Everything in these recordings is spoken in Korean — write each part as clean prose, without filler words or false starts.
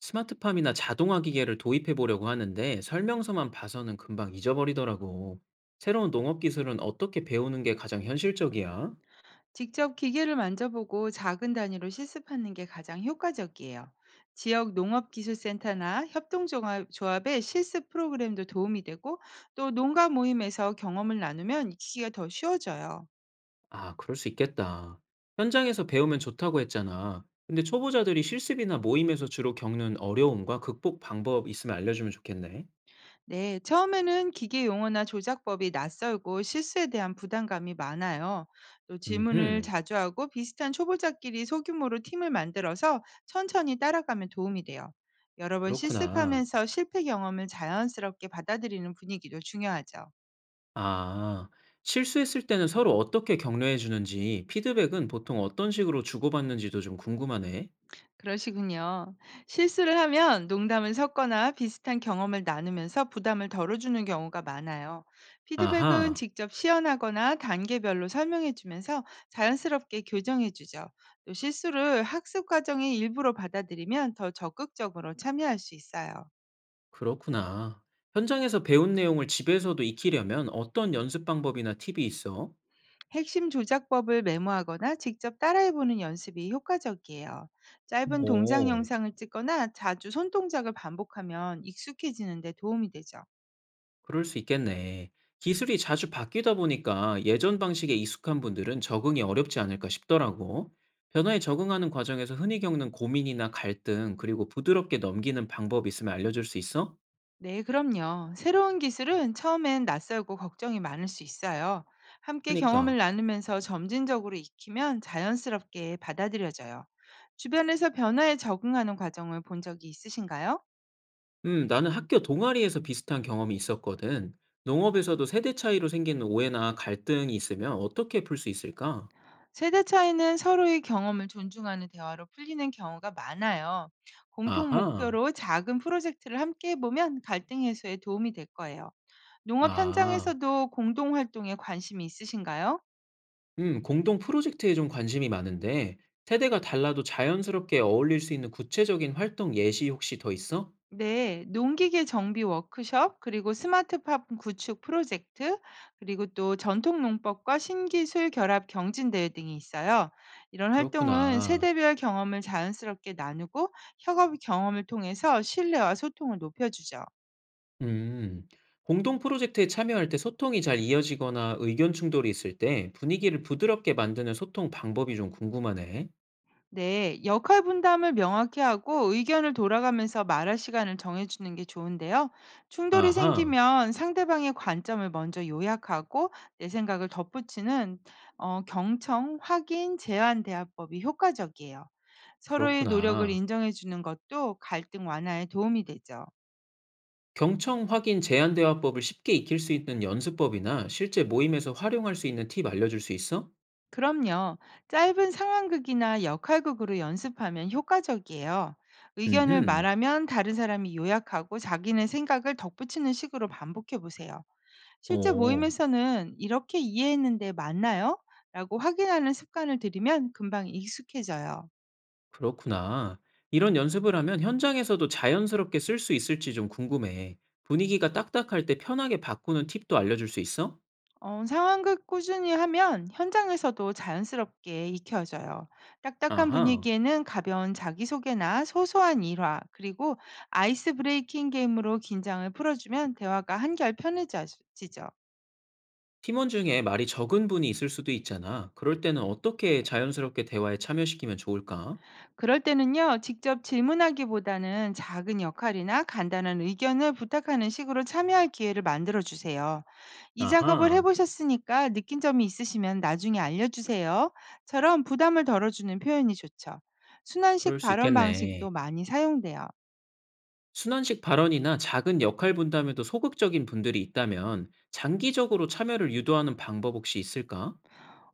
스마트팜이나 자동화 기계를 도입해 보려고 하는데 설명서만 봐서는 금방 잊어버리더라고. 새로운 농업 기술은 어떻게 배우는 게 가장 현실적이야? 직접 기계를 만져보고 작은 단위로 실습하는 게 가장 효과적이에요. 지역 농업기술센터나 협동조합의 실습 프로그램도 도움이 되고 또 농가 모임에서 경험을 나누면 익히기가 더 쉬워져요. 아, 그럴 수 있겠다. 현장에서 배우면 좋다고 했잖아. 근데 초보자들이 실습이나 모임에서 주로 겪는 어려움과 극복 방법 있으면 알려주면 좋겠네. 네, 처음에는 기계 용어나 조작법이 낯설고 실수에 대한 부담감이 많아요. 또 질문을 음흠. 자주 하고 비슷한 초보자끼리 소규모로 팀을 만들어서 천천히 따라가면 도움이 돼요. 여러 번 그렇구나. 실습하면서 실패 경험을 자연스럽게 받아들이는 분위기도 중요하죠. 아, 실수했을 때는 서로 어떻게 격려해 주는지, 피드백은 보통 어떤 식으로 주고받는지도 좀 궁금하네. 그러시군요. 실수를 하면 농담을 섞거나 비슷한 경험을 나누면서 부담을 덜어주는 경우가 많아요. 피드백은 아하. 직접 시연하거나 단계별로 설명해주면서 자연스럽게 교정해주죠. 또 실수를 학습 과정의 일부로 받아들이면 더 적극적으로 참여할 수 있어요. 그렇구나. 현장에서 배운 내용을 집에서도 익히려면 어떤 연습 방법이나 팁이 있어? 핵심 조작법을 메모하거나 직접 따라해보는 연습이 효과적이에요. 짧은 동작 오, 영상을 찍거나 자주 손동작을 반복하면 익숙해지는 데 도움이 되죠. 그럴 수 있겠네. 기술이 자주 바뀌다 보니까 예전 방식에 익숙한 분들은 적응이 어렵지 않을까 싶더라고. 변화에 적응하는 과정에서 흔히 겪는 고민이나 갈등, 그리고 부드럽게 넘기는 방법 있으면 알려줄 수 있어? 네, 그럼요. 새로운 기술은 처음엔 낯설고 걱정이 많을 수 있어요. 함께 경험을 그니까. 나누면서 점진적으로 익히면 자연스럽게 받아들여져요. 주변에서 변화에 적응하는 과정을 본 적이 있으신가요? 나는 학교 동아리에서 비슷한 경험이 있었거든. 농업에서도 세대 차이로 생기는 오해나 갈등이 있으면 어떻게 풀 수 있을까? 세대 차이는 서로의 경험을 존중하는 대화로 풀리는 경우가 많아요. 공통 아하. 목표로 작은 프로젝트를 함께 해보면 갈등 해소에 도움이 될 거예요. 농업 아, 현장에서도 공동 활동에 관심이 있으신가요? 공동 프로젝트에 좀 관심이 많은데, 세대가 달라도 자연스럽게 어울릴 수 있는 구체적인 활동 예시 혹시 더 있어? 네, 농기계 정비 워크숍, 그리고 스마트팜 구축 프로젝트, 그리고 또 전통 농법과 신기술 결합 경진대회 등이 있어요. 이런 활동은 그렇구나. 세대별 경험을 자연스럽게 나누고 협업 경험을 통해서 신뢰와 소통을 높여주죠. 음, 공동 프로젝트에 참여할 때 소통이 잘 이어지거나 의견 충돌이 있을 때 분위기를 부드럽게 만드는 소통 방법이 좀 궁금하네. 네, 역할 분담을 명확히 하고 의견을 돌아가면서 말할 시간을 정해주는 게 좋은데요. 충돌이 아하, 생기면 상대방의 관점을 먼저 요약하고 내 생각을 덧붙이는 경청, 확인, 제안 대화법이 효과적이에요. 서로의 노력을 그렇구나. 인정해주는 것도 갈등 완화에 도움이 되죠. 경청 확인 제안 대화법을 쉽게 익힐 수 있는 연습법이나 실제 모임에서 활용할 수 있는 팁 알려줄 수 있어? 그럼요. 짧은 상황극이나 역할극으로 연습하면 효과적이에요. 의견을 음흠. 말하면 다른 사람이 요약하고 자기네 생각을 덧붙이는 식으로 반복해 보세요. 실제 오. 모임에서는 "이렇게 이해했는데 맞나요? 라고 확인하는 습관을 들이면 금방 익숙해져요. 그렇구나. 이런 연습을 하면 현장에서도 자연스럽게 쓸 수 있을지 좀 궁금해. 분위기가 딱딱할 때 편하게 바꾸는 팁도 알려줄 수 있어? 상황극 꾸준히 하면 현장에서도 자연스럽게 익혀져요. 딱딱한 아하. 분위기에는 가벼운 자기소개나 소소한 일화, 그리고 아이스 브레이킹 게임으로 긴장을 풀어주면 대화가 한결 편해지죠. 팀원 중에 말이 적은 분이 있을 수도 있잖아. 그럴 때는 어떻게 자연스럽게 대화에 참여시키면 좋을까? 그럴 때는요, 직접 질문하기보다는 작은 역할이나 간단한 의견을 부탁하는 식으로 참여할 기회를 만들어 주세요. "이 작업을 아하. 해보셨으니까 느낀 점이 있으시면 나중에 알려주세요." 처럼 부담을 덜어주는 표현이 좋죠. 순환식 그럴 수 발언 방식도 있겠네. 많이 사용돼요. 순환식 발언이나 작은 역할 분담에도 소극적인 분들이 있다면 장기적으로 참여를 유도하는 방법 혹시 있을까?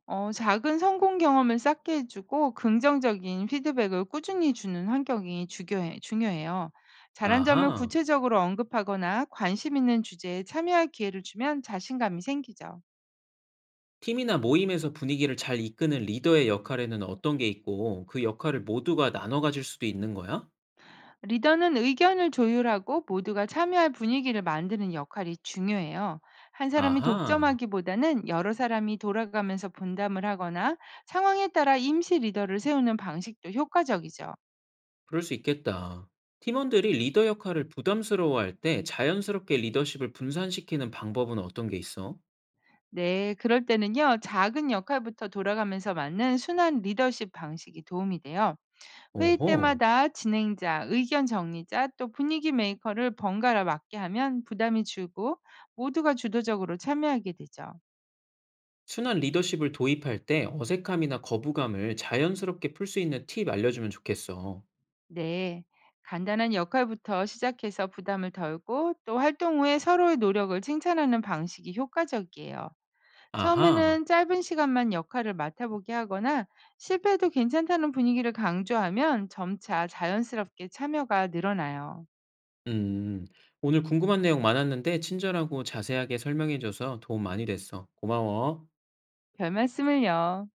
작은 성공 경험을 쌓게 해 주고 긍정적인 피드백을 꾸준히 주는 환경이 중요해요. 잘한 점을 아하. 구체적으로 언급하거나 관심 있는 주제에 참여할 기회를 주면 자신감이 생기죠. 팀이나 모임에서 분위기를 잘 이끄는 리더의 역할에는 어떤 게 있고 그 역할을 모두가 나눠 가질 수도 있는 거야? 리더는 의견을 조율하고 모두가 참여할 분위기를 만드는 역할이 중요해요. 한 사람이 아하, 독점하기보다는 여러 사람이 돌아가면서 분담을 하거나 상황에 따라 임시 리더를 세우는 방식도 효과적이죠. 그럴 수 있겠다. 팀원들이 리더 역할을 부담스러워할 때 자연스럽게 리더십을 분산시키는 방법은 어떤 게 있어? 네, 그럴 때는요, 작은 역할부터 돌아가면서 맞는 순환 리더십 방식이 도움이 돼요. 회의 오호, 때마다 진행자, 의견 정리자, 또 분위기 메이커를 번갈아 맡게 하면 부담이 줄고 모두가 주도적으로 참여하게 되죠. 순환 리더십을 도입할 때 어색함이나 거부감을 자연스럽게 풀 수 있는 팁 알려주면 좋겠어. 네, 간단한 역할부터 시작해서 부담을 덜고 또 활동 후에 서로의 노력을 칭찬하는 방식이 효과적이에요. 아하, 처음에는 짧은 시간만 역할을 맡아보게 하거나 실패해도 괜찮다는 분위기를 강조하면 점차 자연스럽게 참여가 늘어나요. 음, 오늘 궁금한 내용 많았는데 친절하고 자세하게 설명해줘서 도움 많이 됐어. 고마워. 별 말씀을요.